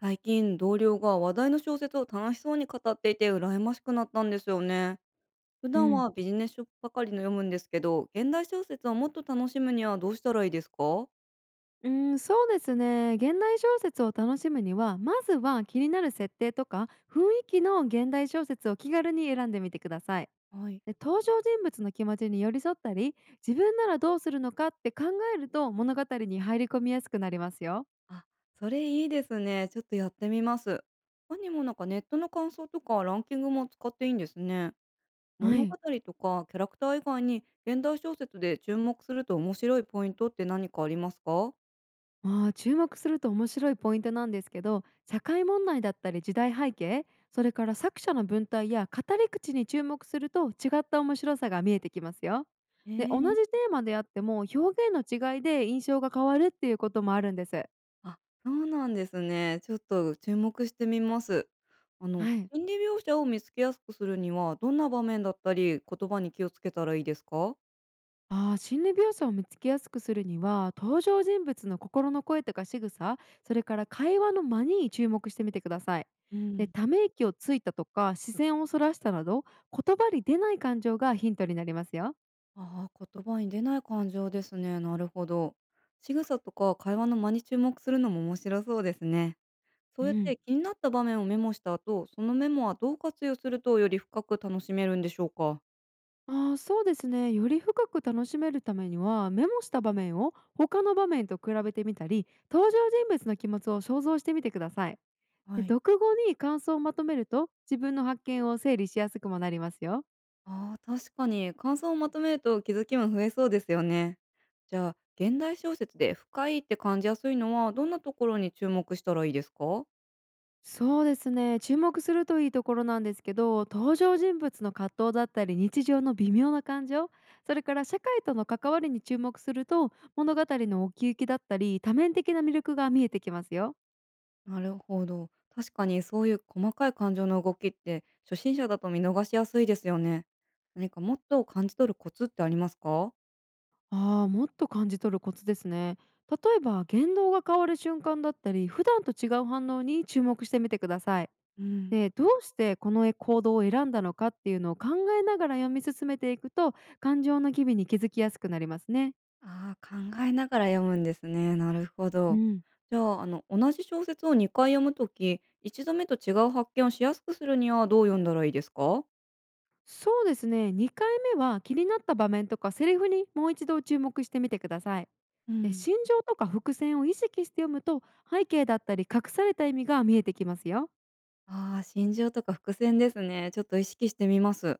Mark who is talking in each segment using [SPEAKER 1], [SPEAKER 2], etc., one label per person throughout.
[SPEAKER 1] 最近同僚が話題の小説を楽しそうに語っていて羨ましくなったんですよね。普
[SPEAKER 2] う
[SPEAKER 1] 段
[SPEAKER 2] ん、
[SPEAKER 1] はビジネス書ばかりの読むんですけど、現代小説をもっと楽しむにはどうしたらいいですか。
[SPEAKER 2] うん、そうですね、現代小説を楽しむには、まずは気になる設定とか雰囲気の現代小説を気軽に選んでみてください。
[SPEAKER 1] はい。
[SPEAKER 2] で、登場人物の気持ちに寄り添ったり、自分ならどうするのかって考えると物語に入り込みやすくなりますよ。
[SPEAKER 1] あ、それいいですね。ちょっとやってみます。他にもなんかネットの感想とかランキングも使っていいんですね。
[SPEAKER 2] は
[SPEAKER 1] 物語
[SPEAKER 2] い。
[SPEAKER 1] とかキャラクター以外に現代小説で注目すると面白いポイントって何かありますか。
[SPEAKER 2] 注目すると面白いポイントなんですけど、社会問題だったり時代背景、それから作者の文体や語り口に注目すると違った面白さが見えてきますよ。
[SPEAKER 1] へ
[SPEAKER 2] で、同じ
[SPEAKER 1] え。
[SPEAKER 2] テーマであっても表現の違いで印象が変わるっていうこともあるんです。
[SPEAKER 1] あ、そうなんですね。ちょっと注目してみます。
[SPEAKER 2] はい。
[SPEAKER 1] 心理描写を見つけやすくするには、どんな場面だったり、言葉に気をつけたらいいですか？
[SPEAKER 2] 心理描写を見つけやすくするには、登場人物の心の声とか仕草、それから会話の間に注目してみてください。
[SPEAKER 1] う
[SPEAKER 2] で、
[SPEAKER 1] ん。
[SPEAKER 2] ため息をついたとか視線をそらしたなど、言葉に出ない感情がヒントになりますよ。
[SPEAKER 1] ああ、言葉に出ない感情ですね。なるほど。仕草とか会話の間に注目するのも面白そうですね。そ
[SPEAKER 2] う
[SPEAKER 1] うやっ
[SPEAKER 2] ん。
[SPEAKER 1] て気になった場面をメモした後、そのメモはどう活用するとより深く楽しめるんでしょうか？
[SPEAKER 2] そうですね、より深く楽しめるためには、メモした場面を他の場面と比べてみたり、登場人物の気持ちを想像してみてください。で、
[SPEAKER 1] はい。
[SPEAKER 2] 読後に感想をまとめると自分の発見を整理しやすくもなりますよ。
[SPEAKER 1] ああ、確かに感想をまとめると気づきも増えそうですよね。じゃあ、現代小説で深いって感じやすいのはどんなところに注目したらいいですか。
[SPEAKER 2] そうですね、注目するといいところなんですけど、登場人物の葛藤だったり日常の微妙な感情、それから社会との関わりに注目すると、物語の奥行きだったり多面的な魅力が見えてきますよ。
[SPEAKER 1] なるほど。確かにそういう細かい感情の動きって初心者だと見逃しやすいですよね。何かもっと感じ取るコツってありますか。
[SPEAKER 2] もっと感じ取るコツですね。例えば言動が変わる瞬間だったり、普段と違う反応に注目してみてください。
[SPEAKER 1] うん。
[SPEAKER 2] で、どうしてこの行動を選んだのかっていうのを考えながら読み進めていくと、感情の機微に気づきやすくなりますね。
[SPEAKER 1] ああ、考えながら読むんですね。なるほ
[SPEAKER 2] う
[SPEAKER 1] ど。
[SPEAKER 2] ん。
[SPEAKER 1] じゃあ、同じ小説を2回読むとき、一度目と違う発見をしやすくするにはどう読んだらいいですか。
[SPEAKER 2] そうですね、2回目は気になった場面とかセリフにもう一度注目してみてください。
[SPEAKER 1] う
[SPEAKER 2] で、
[SPEAKER 1] ん。
[SPEAKER 2] 心情とか伏線を意識して読むと、背景だったり隠された意味が見えてきますよ。
[SPEAKER 1] ああ、心情とか伏線ですね。ちょっと意識してみます。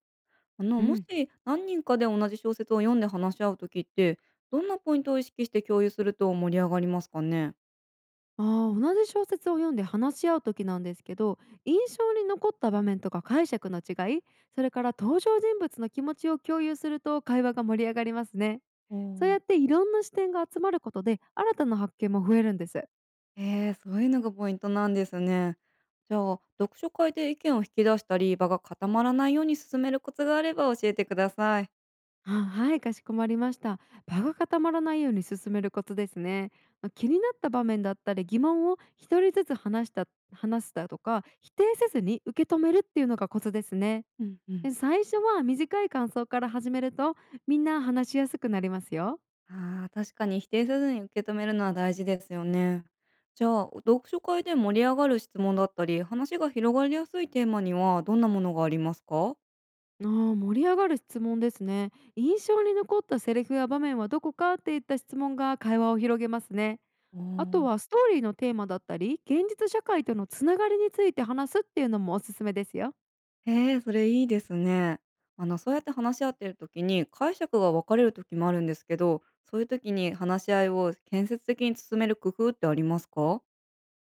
[SPEAKER 1] あの、
[SPEAKER 2] う
[SPEAKER 1] もし
[SPEAKER 2] ん。
[SPEAKER 1] 何人かで同じ小説を読んで話し合うときって、どんなポイントを意識して共有すると盛り上がりますかね？
[SPEAKER 2] 同じ小説を読んで話し合う時なんですけど、印象に残った場面とか解釈の違い、それから登場人物の気持ちを共有すると会話が盛り上がりますね。
[SPEAKER 1] お
[SPEAKER 2] そう
[SPEAKER 1] お。
[SPEAKER 2] やっていろんな視点が集まることで新たな発見も増えるんです。
[SPEAKER 1] ええ、そういうのがポイントなんですね。じゃあ、読書会で意見を引き出したり、場が固まらないように進めるコツがあれば教えてください。
[SPEAKER 2] あ、はい、かしこまりました。場が固まらないように進めることですね。まあ、気になった場面だったり疑問を一人ずつ話した話すだとか、否定せずに受け止めるっていうのがコツですね。
[SPEAKER 1] うんうん。
[SPEAKER 2] で、最初は短い感想から始めると、みんな話しやすくなりますよ。
[SPEAKER 1] ああ、確かに否定せずに受け止めるのは大事ですよね。じゃあ、読書会で盛り上がる質問だったり、話が広がりやすいテーマにはどんなものがありますか。
[SPEAKER 2] 盛り上がる質問ですね。印象に残ったセリフや場面はどこかっていった質問が会話を広げますね。
[SPEAKER 1] お
[SPEAKER 2] あと
[SPEAKER 1] ー。
[SPEAKER 2] はストーリーのテーマだったり現実社会とのつながりについて話すっていうのもおすすめですよ。
[SPEAKER 1] へえ、それいいですね。そうやって話し合ってる時に解釈が分かれる時もあるんですけど、そういう時に話し合いを建設的に進める工夫ってありますか。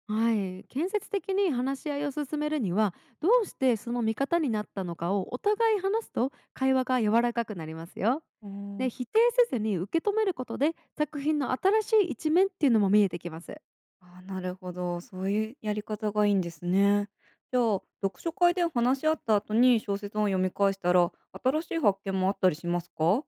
[SPEAKER 2] はい、建設的に話し合いを進めるには、どうしてその見方になったのかをお互い話すと会話が柔らかくなりますよ。
[SPEAKER 1] お
[SPEAKER 2] で、
[SPEAKER 1] ー。
[SPEAKER 2] 否定せずに受け止めることで作品の新しい一面っていうのも見えてきます。
[SPEAKER 1] あー、なるほど。そういうやり方がいいんですね。じゃあ、読書会で話し合った後に小説を読み返したら、新しい発見もあったりしますか。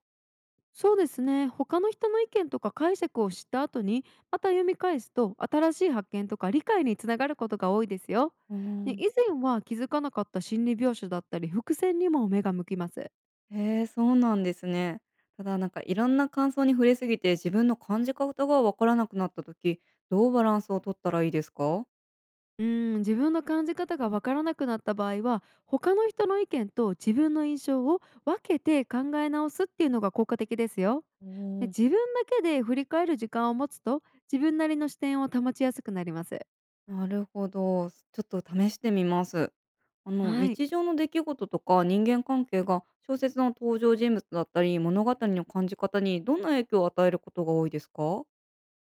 [SPEAKER 2] そうですね、他の人の意見とか解釈を知った後にまた読み返すと、新しい発見とか理解につながることが多いですよ。
[SPEAKER 1] う
[SPEAKER 2] で、
[SPEAKER 1] ん。
[SPEAKER 2] 以前は気づかなかった心理描写だったり伏線にも目が向きます。
[SPEAKER 1] へえ、そうなんですね。ただ、なんかいろんな感想に触れすぎて、自分の感じ方がわからなくなった時、どうバランスを取ったらいいですか。
[SPEAKER 2] うん、自分の感じ方がわからなくなった場合は、他の人の意見と自分の印象を分けて考え直すっていうのが効果的ですよ。
[SPEAKER 1] お
[SPEAKER 2] で、
[SPEAKER 1] ー。
[SPEAKER 2] 自分だけで振り返る時間を持つと、自分なりの視点を保ちやすくなります。
[SPEAKER 1] なるほど。ちょっと試してみます。
[SPEAKER 2] はい。
[SPEAKER 1] 日常の出来事とか人間関係が小説の登場人物だったり、物語の感じ方にどんな影響を与えることが多いですか？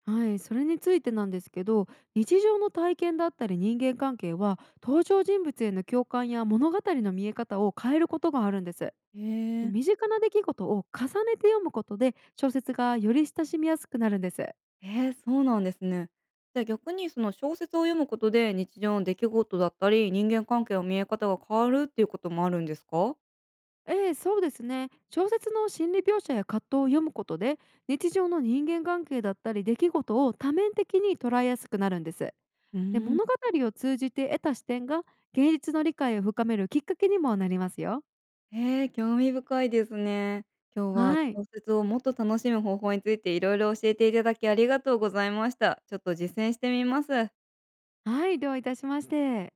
[SPEAKER 2] はい、それについてなんですけど、日常の体験だったり人間関係は、登場人物への共感や物語の見え方を変えることがあるんです。
[SPEAKER 1] へえ。
[SPEAKER 2] 身近な出来事を重ねて読むことで、小説がより親しみやすくなるんです。
[SPEAKER 1] えー、そうなんですね。じゃ、逆にその小説を読むことで、日常の出来事だったり、人間関係の見え方が変わるっていうこともあるんですか？
[SPEAKER 2] ええ、そうですね。小説の心理描写や葛藤を読むことで、日常の人間関係だったり出来事を多面的に捉えやすくなるんです。
[SPEAKER 1] う
[SPEAKER 2] で、
[SPEAKER 1] ーん。
[SPEAKER 2] 物語を通じて得た視点が現実の理解を深めるきっかけにもなりますよ。
[SPEAKER 1] へえー、興味深いですね。今日は
[SPEAKER 2] はい。
[SPEAKER 1] 小説をもっと楽しむ方法についていろいろ教えていただきありがとうございました。ちょっと実践してみます。
[SPEAKER 2] はい、どういたしまして。